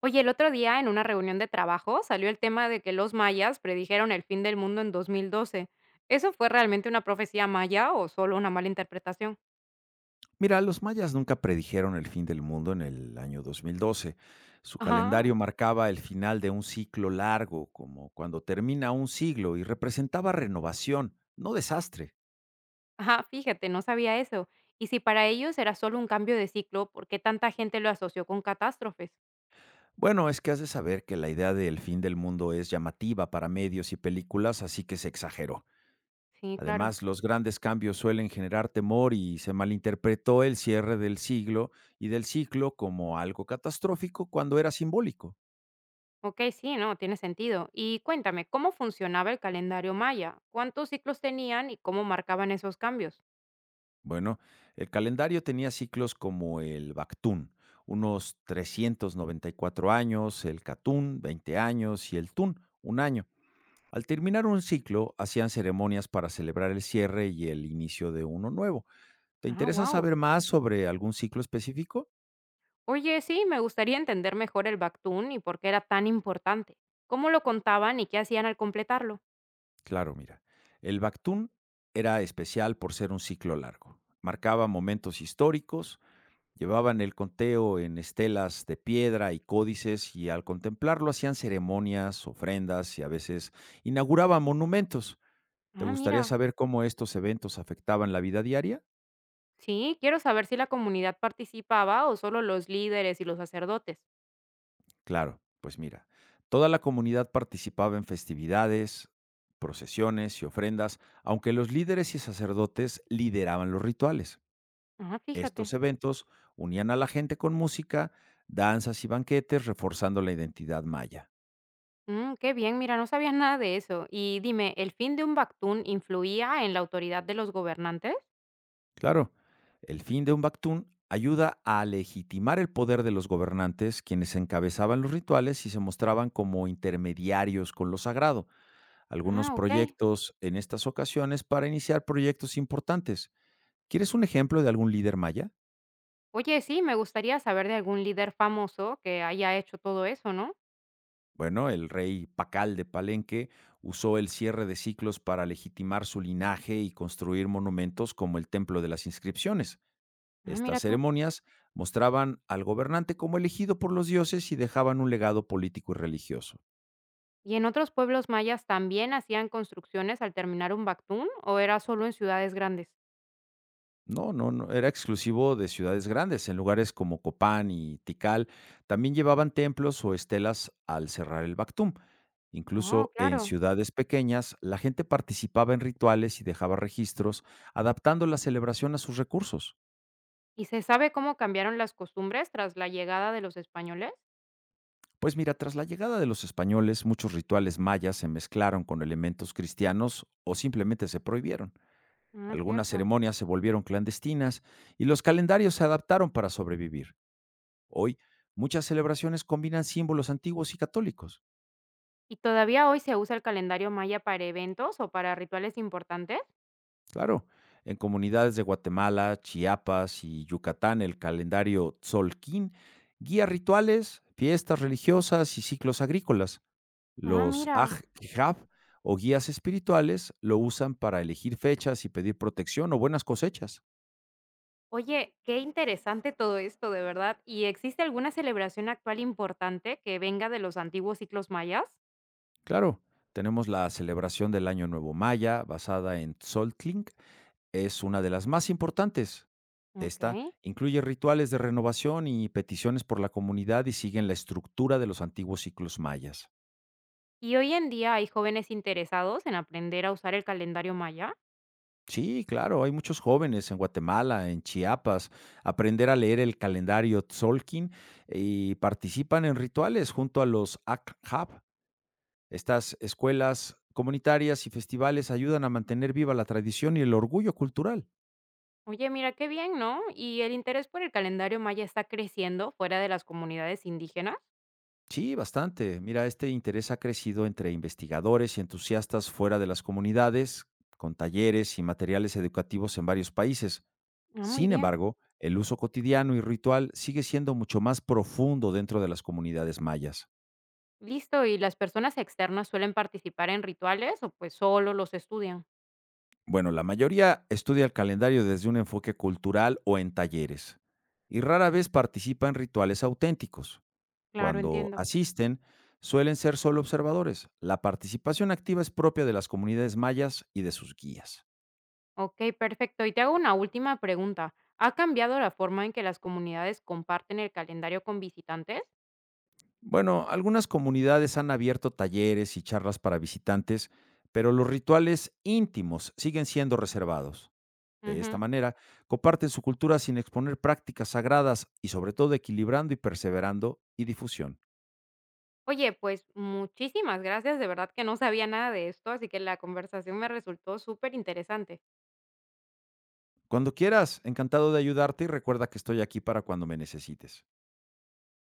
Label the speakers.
Speaker 1: Oye, el otro día en una reunión de trabajo salió el tema de que los mayas predijeron el fin del mundo en 2012. ¿Eso fue realmente una profecía maya o solo una mala interpretación?
Speaker 2: Mira, los mayas nunca predijeron el fin del mundo en el año 2012. Su calendario
Speaker 1: Ajá,
Speaker 2: marcaba el final de un ciclo largo, como cuando termina un siglo, y representaba renovación, no desastre.
Speaker 1: ajá, fíjate, no sabía eso. Y si para ellos era solo un cambio de ciclo, ¿por qué tanta gente lo asoció con catástrofes?
Speaker 2: Bueno, es que has de saber que la idea del fin del mundo es llamativa para medios y películas, así que se exageró.
Speaker 1: Sí, claro.
Speaker 2: Además, los grandes cambios suelen generar temor y se malinterpretó el cierre del siglo y del ciclo como algo catastrófico cuando era simbólico.
Speaker 1: Ok, sí, no, tiene sentido. Y cuéntame, ¿cómo funcionaba el calendario maya? ¿Cuántos ciclos tenían y cómo marcaban esos cambios?
Speaker 2: Bueno, el calendario tenía ciclos como el Bactún, unos 394 años, el Catún, 20 años, y el Tún, un año. Al terminar un ciclo, hacían ceremonias para celebrar el cierre y el inicio de uno nuevo. ¿Te
Speaker 1: Ah,
Speaker 2: interesa
Speaker 1: wow.
Speaker 2: saber más sobre algún ciclo específico?
Speaker 1: Oye, sí, me gustaría entender mejor el Bactún y por qué era tan importante. ¿Cómo lo contaban y qué hacían al completarlo?
Speaker 2: Claro, mira. El Bactún era especial por ser un ciclo largo. Marcaba momentos históricos. Llevaban el conteo en estelas de piedra y códices y al contemplarlo hacían ceremonias, ofrendas y a veces inauguraban monumentos. ¿Te
Speaker 1: Ah,
Speaker 2: gustaría
Speaker 1: mira.
Speaker 2: saber cómo estos eventos afectaban la vida diaria?
Speaker 1: Sí, quiero saber si la comunidad participaba o solo los líderes y los sacerdotes.
Speaker 2: Claro, pues mira, toda la comunidad participaba en festividades, procesiones y ofrendas, aunque los líderes y sacerdotes lideraban los rituales.
Speaker 1: Ah, fíjate.
Speaker 2: Estos eventos unían a la gente con música, danzas y banquetes, reforzando la identidad maya.
Speaker 1: Mm, qué bien, mira, no sabías nada de eso. Y dime, ¿el fin de un Bactún influía en la autoridad de los gobernantes?
Speaker 2: Claro, el fin de un Bactún ayuda a legitimar el poder de los gobernantes, quienes encabezaban los rituales y se mostraban como intermediarios con lo sagrado. Algunos
Speaker 1: Ah, ok.
Speaker 2: proyectos en estas ocasiones para iniciar proyectos importantes. ¿Quieres un ejemplo de algún líder maya?
Speaker 1: Oye, sí, me gustaría saber de algún líder famoso que haya hecho todo eso, ¿no?
Speaker 2: Bueno, el rey Pacal de Palenque usó el cierre de ciclos para legitimar su linaje y construir monumentos como el Templo de las Inscripciones.
Speaker 1: Ah,
Speaker 2: Estas
Speaker 1: mira tú.
Speaker 2: ceremonias mostraban al gobernante como elegido por los dioses y dejaban un legado político y religioso.
Speaker 1: ¿Y en otros pueblos mayas también hacían construcciones al terminar un bactún o era solo en ciudades grandes?
Speaker 2: No, no, no, era exclusivo de ciudades grandes. En lugares como Copán y Tikal también llevaban templos o estelas al cerrar el Bactum.
Speaker 1: Oh,
Speaker 2: Incluso en
Speaker 1: claro.
Speaker 2: ciudades pequeñas, la gente participaba en rituales y dejaba registros, adaptando la celebración a sus recursos.
Speaker 1: ¿Y se sabe cómo cambiaron las costumbres tras la llegada de los españoles?
Speaker 2: Pues mira, tras la llegada de los españoles, muchos rituales mayas se mezclaron con elementos cristianos o simplemente se prohibieron.
Speaker 1: Ah,
Speaker 2: Algunas
Speaker 1: cierto.
Speaker 2: ceremonias se volvieron clandestinas y los calendarios se adaptaron para sobrevivir. Hoy, muchas celebraciones combinan símbolos antiguos y católicos.
Speaker 1: ¿Y todavía hoy se usa el calendario maya para eventos o para rituales importantes?
Speaker 2: Claro, en comunidades de Guatemala, Chiapas y Yucatán, el calendario Tzolquín guía rituales, fiestas religiosas y ciclos agrícolas.
Speaker 1: Ah,
Speaker 2: Los
Speaker 1: mira.
Speaker 2: Ajjab o guías espirituales lo usan para elegir fechas y pedir protección o buenas cosechas.
Speaker 1: Oye, qué interesante todo esto, de verdad. ¿Y existe alguna celebración actual importante que venga de los antiguos ciclos mayas?
Speaker 2: Claro, tenemos la celebración del Año Nuevo Maya basada en Tzoltlín. Es una de las más importantes.
Speaker 1: Ok.
Speaker 2: Esta incluye rituales de renovación y peticiones por la comunidad y siguen la estructura de los antiguos ciclos mayas.
Speaker 1: ¿Y hoy en día hay jóvenes interesados en aprender a usar el calendario maya?
Speaker 2: Sí, claro, hay muchos jóvenes en Guatemala, en Chiapas, aprender a leer el calendario Tzolkin y participan en rituales junto a los ACHAP. Estas escuelas comunitarias y festivales ayudan a mantener viva la tradición y el orgullo cultural.
Speaker 1: Oye, mira qué bien, ¿no? ¿Y el interés por el calendario maya está creciendo fuera de las comunidades indígenas?
Speaker 2: Sí, bastante. Mira, este interés ha crecido entre investigadores y entusiastas fuera de las comunidades, con talleres y materiales educativos en varios países.
Speaker 1: Ah, muy
Speaker 2: Sin
Speaker 1: bien.
Speaker 2: embargo, el uso cotidiano y ritual sigue siendo mucho más profundo dentro de las comunidades mayas.
Speaker 1: Listo, ¿y las personas externas suelen participar en rituales o pues solo los estudian?
Speaker 2: Bueno, la mayoría estudia el calendario desde un enfoque cultural o en talleres, y rara vez participa en rituales auténticos.
Speaker 1: Claro,
Speaker 2: Cuando
Speaker 1: entiendo.
Speaker 2: asisten, suelen ser solo observadores. La participación activa es propia de las comunidades mayas y de sus guías.
Speaker 1: Ok, perfecto. Y te hago una última pregunta. ¿Ha cambiado la forma en que las comunidades comparten el calendario con visitantes?
Speaker 2: Bueno, algunas comunidades han abierto talleres y charlas para visitantes, pero los rituales íntimos siguen siendo reservados. De esta
Speaker 1: Ujú.
Speaker 2: manera, comparten su cultura sin exponer prácticas sagradas y sobre todo equilibrando y perseverando y difusión.
Speaker 1: Oye, pues muchísimas gracias. De verdad que no sabía nada de esto, así que la conversación me resultó súper interesante.
Speaker 2: Cuando quieras, encantado de ayudarte y recuerda que estoy aquí para cuando me necesites.